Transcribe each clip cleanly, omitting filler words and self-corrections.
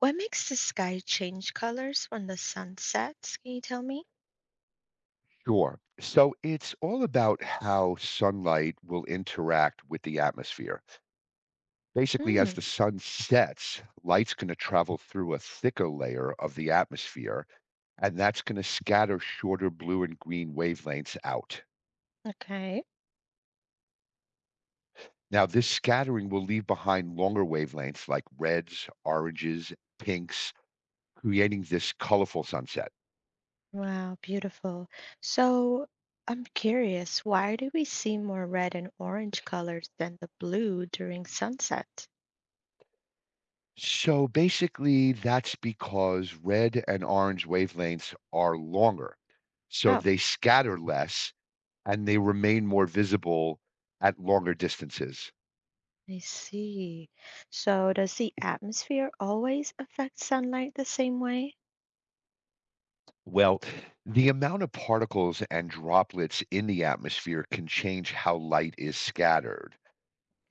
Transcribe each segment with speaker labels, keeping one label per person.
Speaker 1: What makes the sky change colors when the sun sets? Can you tell me?
Speaker 2: Sure. So it's all about how sunlight will interact with the atmosphere. Basically,
Speaker 1: Hmm.
Speaker 2: as the sun sets, light's going to travel through a thicker layer of the atmosphere, and that's going to scatter shorter blue and green wavelengths out.
Speaker 1: Okay.
Speaker 2: Now, this scattering will leave behind longer wavelengths like reds, oranges, pinks, creating this colorful sunset.
Speaker 1: Wow, beautiful. So I'm curious, why do we see more red and orange colors than the blue during sunset?
Speaker 2: So basically, that's because red and orange wavelengths are longer. So
Speaker 1: Oh,
Speaker 2: they scatter less and they remain more visible at longer distances.
Speaker 1: I see. So does the atmosphere always affect sunlight the same way?
Speaker 2: Well, the amount of particles and droplets in the atmosphere can change how light is scattered.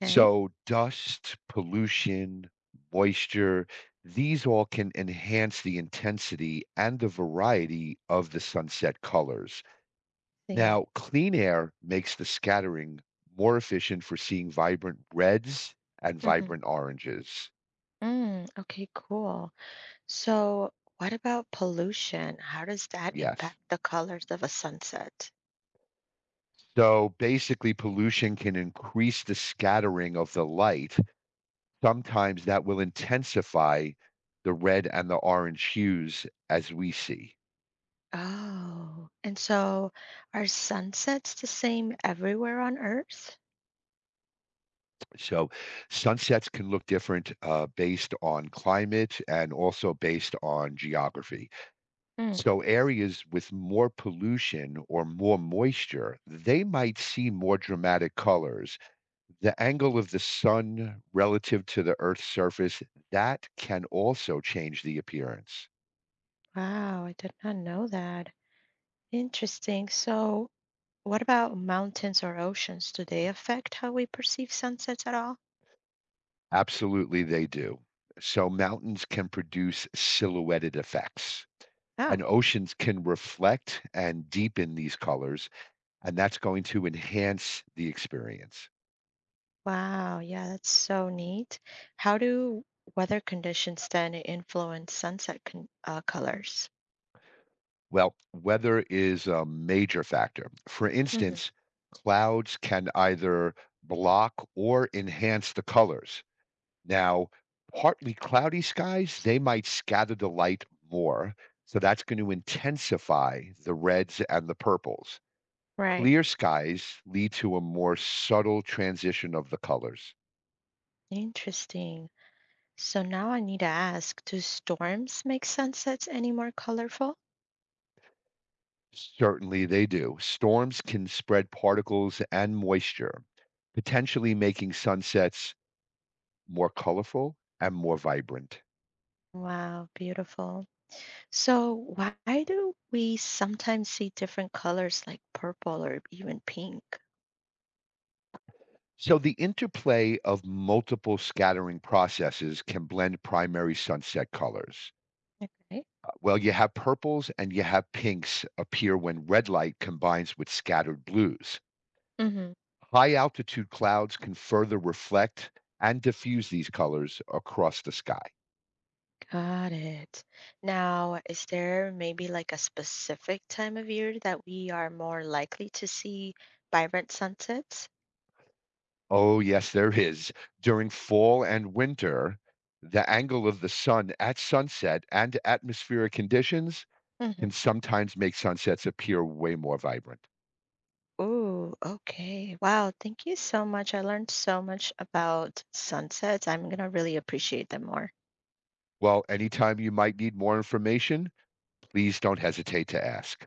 Speaker 1: Okay,
Speaker 2: dust, pollution, moisture, these all can enhance the intensity and the variety of the sunset colors.
Speaker 1: see.
Speaker 2: Now, clean air makes the scattering more efficient for seeing vibrant reds and
Speaker 1: hmm
Speaker 2: vibrant oranges.
Speaker 1: Mm, okay, cool. So what about pollution? How does that
Speaker 2: Yes.
Speaker 1: impact the colors of a sunset?
Speaker 2: So basically, pollution can increase the scattering of the light. Sometimes that will intensify the red and the orange hues as we see.
Speaker 1: Oh, and so are sunsets the same everywhere on Earth?
Speaker 2: So sunsets can look different based on climate and also based on geography.
Speaker 1: Hmm.
Speaker 2: So areas with more pollution or more moisture, they might see more dramatic colors. The angle of the sun relative to the earth's surface, that can also change the appearance.
Speaker 1: Wow, I did not know that. Interesting. So, what about mountains or oceans? Do they affect how we perceive sunsets at all?
Speaker 2: Absolutely they do. So mountains can produce silhouetted effects. And
Speaker 1: Oh,
Speaker 2: oceans can reflect and deepen these colors, and that's going to enhance the experience.
Speaker 1: wow. Yeah, that's so neat. How do weather conditions then influence sunset con colors?
Speaker 2: Well, weather is a major factor. For
Speaker 1: Hmm.
Speaker 2: instance, clouds can either block or enhance the colors. Now, partly cloudy skies, they might scatter the light more. So that's going to intensify the reds and the purples.
Speaker 1: Right.
Speaker 2: Clear skies lead to a more subtle transition of the colors.
Speaker 1: Interesting. So now I need to ask, do storms make sunsets any more colorful?
Speaker 2: Certainly they do. Storms can spread particles and moisture, potentially making sunsets more colorful, and more vibrant.
Speaker 1: Wow, beautiful. So, why do we sometimes see different colors like purple or even pink?
Speaker 2: So, the interplay of multiple scattering processes can blend primary sunset colors.
Speaker 1: Okay,
Speaker 2: Well, you have purples and you have pinks appear when red light combines with scattered blues.
Speaker 1: hmm,
Speaker 2: High altitude clouds can further reflect and diffuse these colors across the sky.
Speaker 1: got it. Now, is there maybe like a specific time of year that we are more likely to see vibrant sunsets?
Speaker 2: Oh, yes, there is. During fall and winter, the angle of the sun at sunset and atmospheric conditions
Speaker 1: Hmm.
Speaker 2: can sometimes make sunsets appear way more vibrant.
Speaker 1: Ooh, okay. Wow, thank you so much. I learned so much about sunsets. I'm gonna really appreciate them more.
Speaker 2: Well, anytime you might need more information, please don't hesitate to ask.